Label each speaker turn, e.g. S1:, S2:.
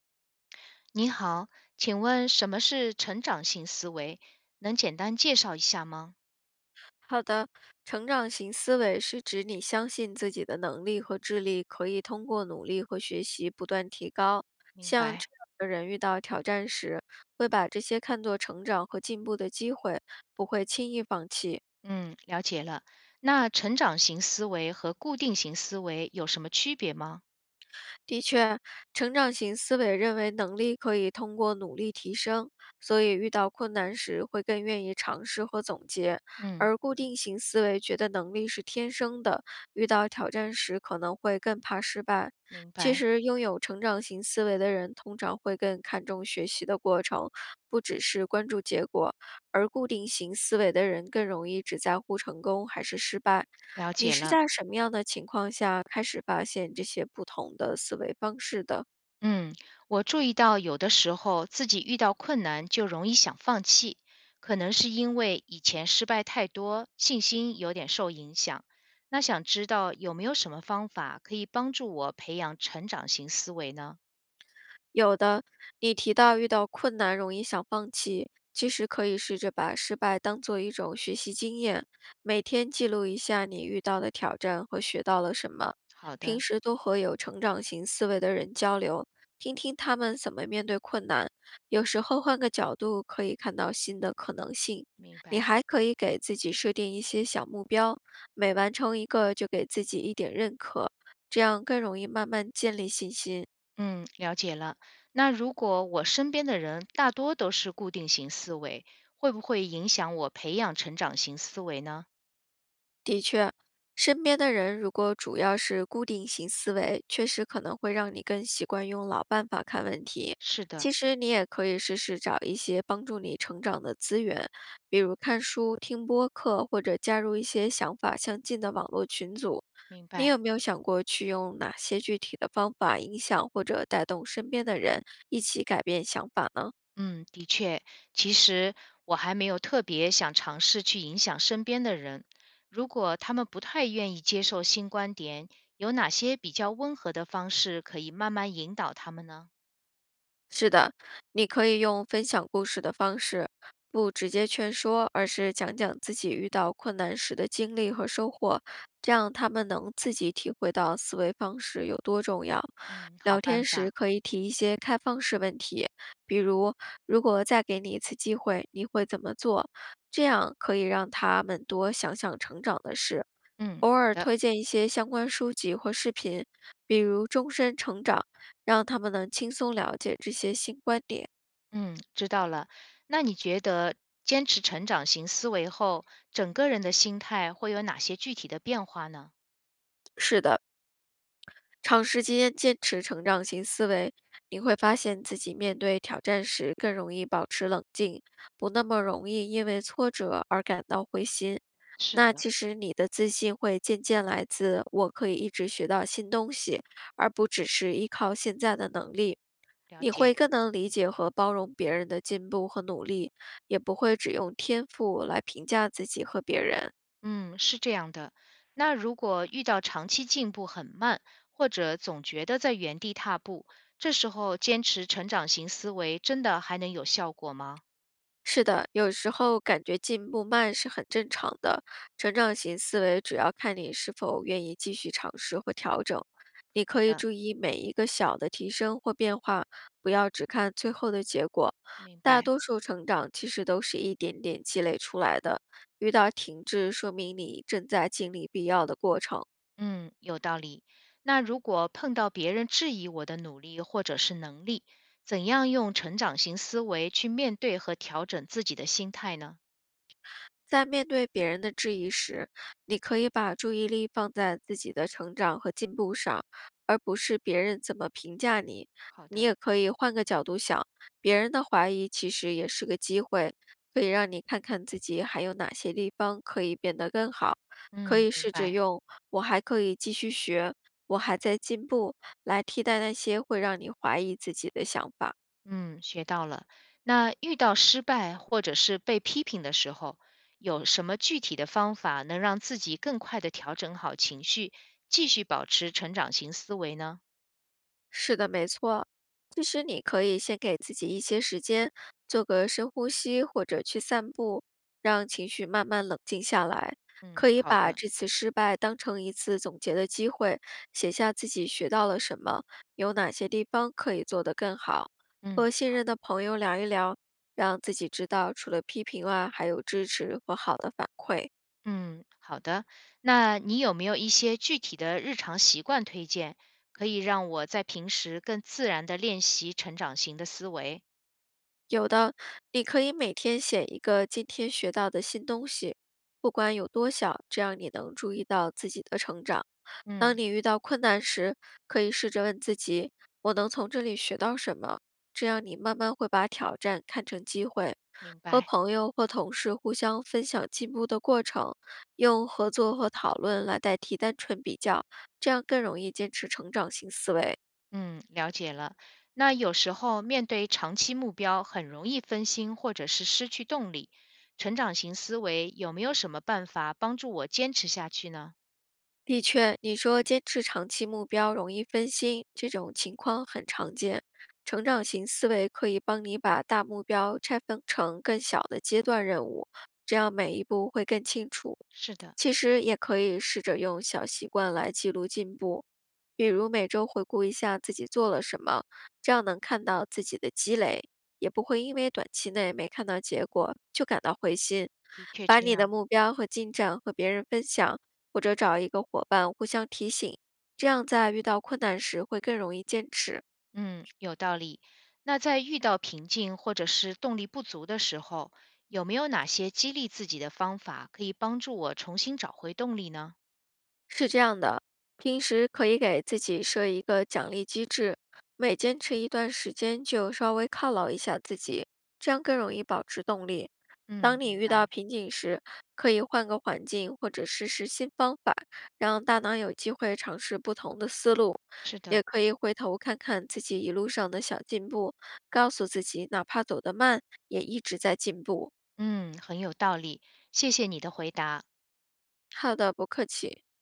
S1: 你好，请问什么是成长型思维？能简单介绍一下吗？
S2: 好的，成长型思维是指你相信自己的能力和智力可以通过努力和学习不断提高。
S1: 明
S2: 像这
S1: 白，
S2: 样的人遇到挑战时，会把这些看作成长和进步的机会，不会轻易放弃。
S1: 嗯，了解了。那成长型思维和固定型思维有什么区别吗？
S2: 的确，成长型思维认为能力可以通过努力提升，所以遇到困难时会更愿意尝试和总结；
S1: 嗯，
S2: 而固定型思维觉得能力是天生的，遇到挑战时可能会更怕失败。
S1: 明
S2: 其
S1: 白，
S2: 实，拥有成长型思维的人通常会更看重学习的过程，不只是关注结果；而固定型思维的人更容易只在乎成功还是失败。
S1: 了
S2: 你
S1: 解
S2: 是
S1: 了。
S2: 在什么样的情况下开始发现这些不同的思维方式的？
S1: 嗯，我注意到有的时候自己遇到困难就容易想放弃，可能是因为以前失败太多，信心有点受影响。那想知道有没有什么方法可以帮助我培养成长型思维呢？
S2: 有的，你提到遇到困难容易想放弃，其实可以试着把失败当做一种学习经验，每天记录一下你遇到的挑战和学到了什么。
S1: 好
S2: 平
S1: 的。
S2: 时多和有成长型思维的人交流，听听他们怎么面对困难。有时候换个角度可以看到新的可能性。
S1: 明
S2: 你
S1: 白，
S2: 还可以给自己设定一些小目标，每完成一个就给自己一点认可，这样更容易慢慢建立信心。
S1: 嗯，了解了。那如果我身边的人大多都是固定型思维，会不会影响我培养成长型思维呢？
S2: 身边的人如果主要是固定型思维，确实可能会让你更习惯用老办法看问题。
S1: 是的，
S2: 其实你也可以试试找一些帮助你成长的资源，比如看书、听播客，或者加入一些想法相近的网络群组。
S1: 明
S2: 你
S1: 白。
S2: 有没有想过去用哪些具体的方法影响或者带动身边的人一起改变想法呢？
S1: 嗯，的确，其实我还没有特别想尝试去影响身边的人。如果他们不太愿意接受新观点，有哪些比较温和的方式可以慢慢引导他们呢？
S2: 是的，你可以用分享故事的方式，不直接劝说，而是讲讲自己遇到困难时的经历和收获，这样他们能自己体会到思维方式有多重要。
S1: 嗯，好
S2: 聊
S1: 办
S2: 天时
S1: 法。
S2: 可以提一些开放式问题，比如“如果再给你一次机会，你会怎么做？”这样可以让他们多想想成长的事。
S1: 嗯，
S2: 偶
S1: 好
S2: 尔
S1: 的。
S2: 推荐一些相关书籍或视频，比如《终身成长》，让他们能轻松了解这些新观点。
S1: 嗯，知道了。那你觉得坚持成长型思维后，整个人的心态会有哪些具体的变化呢？
S2: 是的，长时间坚持成长型思维，你会发现自己面对挑战时更容易保持冷静，不那么容易因为挫折而感到灰心。
S1: 是
S2: 那
S1: 的，
S2: 其实你的自信会渐渐来自我可以一直学到新东西，而不只是依靠现在的能力。
S1: 了
S2: 你
S1: 解，
S2: 会更能理解和包容别人的进步和努力，也不会只用天赋来评价自己和别人。
S1: 嗯，是这样的。那如果遇到长期进步很慢，或者总觉得在原地踏步，这时候坚持成长型思维真的还能有效果吗？
S2: 是的，有时候感觉进步慢是很正常的。成长型思维主要看你是否愿意继续尝试或调整。你
S1: 好
S2: 可以
S1: 的，
S2: 注意每一个小的提升或变化，不要只看最后的结果。
S1: 明
S2: 大
S1: 白。
S2: 多数成长其实都是一点点积累出来的。遇到停滞，说明你正在经历必要的过程。
S1: 嗯，有道理。那如果碰到别人质疑我的努力或者是能力，怎样用成长型思维去面对和调整自己的心态呢？
S2: 在面对别人的质疑时，你可以把注意力放在自己的成长和进步上，而不是别人怎么评价你。
S1: 好
S2: 你
S1: 的，
S2: 也可以换个角度想，别人的怀疑其实也是个机会，可以让你看看自己还有哪些地方可以变得更好。可
S1: 嗯，
S2: 以
S1: 明
S2: 试着
S1: 白。
S2: 用“我还可以继续学”“我还在进步”来替代那些会让你怀疑自己的想法。
S1: 嗯，学到了。那遇到失败或者是被批评的时候，有什么具体的方法能让自己更快的调整好情绪，继续保持成长型思维呢？
S2: 是的，没错。其实你可以先给自己一些时间，做个深呼吸或者去散步，让情绪慢慢冷静下来。
S1: 嗯，
S2: 可以
S1: 好
S2: 把
S1: 的。
S2: 这次失败当成一次总结的机会，写下自己学到了什么，有哪些地方可以做得更好。
S1: 嗯。
S2: 和信任的朋友聊一聊，让自己知道除了批评外，还有支持和好的反馈。
S1: 嗯，好的。那你有没有一些具体的日常习惯推荐，可以让我在平时更自然的练习成长型的思维？
S2: 有的，你可以每天写一个今天学到的新东西，不管有多小，这样你能注意到自己的成长。
S1: 嗯，
S2: 当你遇到困难时，可以试着问自己：“我能从这里学到什么？”这样你慢慢会把挑战看成机会。
S1: 明
S2: 和
S1: 白。
S2: 朋友或同事互相分享进步的过程，用合作和讨论来代替单纯比较，这样更容易坚持成长型思维。
S1: 嗯，了解了。那有时候面对长期目标，很容易分心或者是失去动力。成长型思维有没有什么办法帮助我坚持下去呢？
S2: 的确，你说坚持长期目标容易分心，这种情况很常见。成长型思维可以帮你把大目标拆分成更小的阶段任务，这样每一步会更清楚。
S1: 是的，
S2: 其实也可以试着用小习惯来记录进步，比如每周回顾一下自己做了什么，这样能看到自己的积累，也不会因为短期内没看到结果就感到灰心。
S1: 的确
S2: 把
S1: 这
S2: 你的
S1: 样。
S2: 目标和进展和别人分享。或者找一个伙伴互相提醒，这样在遇到困难时会更容易坚持。
S1: 嗯，有道理。那在遇到瓶颈或者是动力不足的时候，有没有哪些激励自己的方法可以帮助我重新找回动力呢？
S2: 是这样的，平时可以给自己设一个奖励机制，每坚持一段时间就稍微犒劳一下自己，这样更容易保持动力。
S1: 嗯，
S2: 当你
S1: 明
S2: 遇
S1: 白。
S2: 到瓶颈时，可以换个环境或者试试新方法，让大脑有机会尝试不同的思路。
S1: 是的，
S2: 也可以回头看看自己一路上的小进步，告诉自己，哪怕走得慢，也一直在进步。
S1: 嗯，很有道理。谢谢你的回答。
S2: 好的，不客气。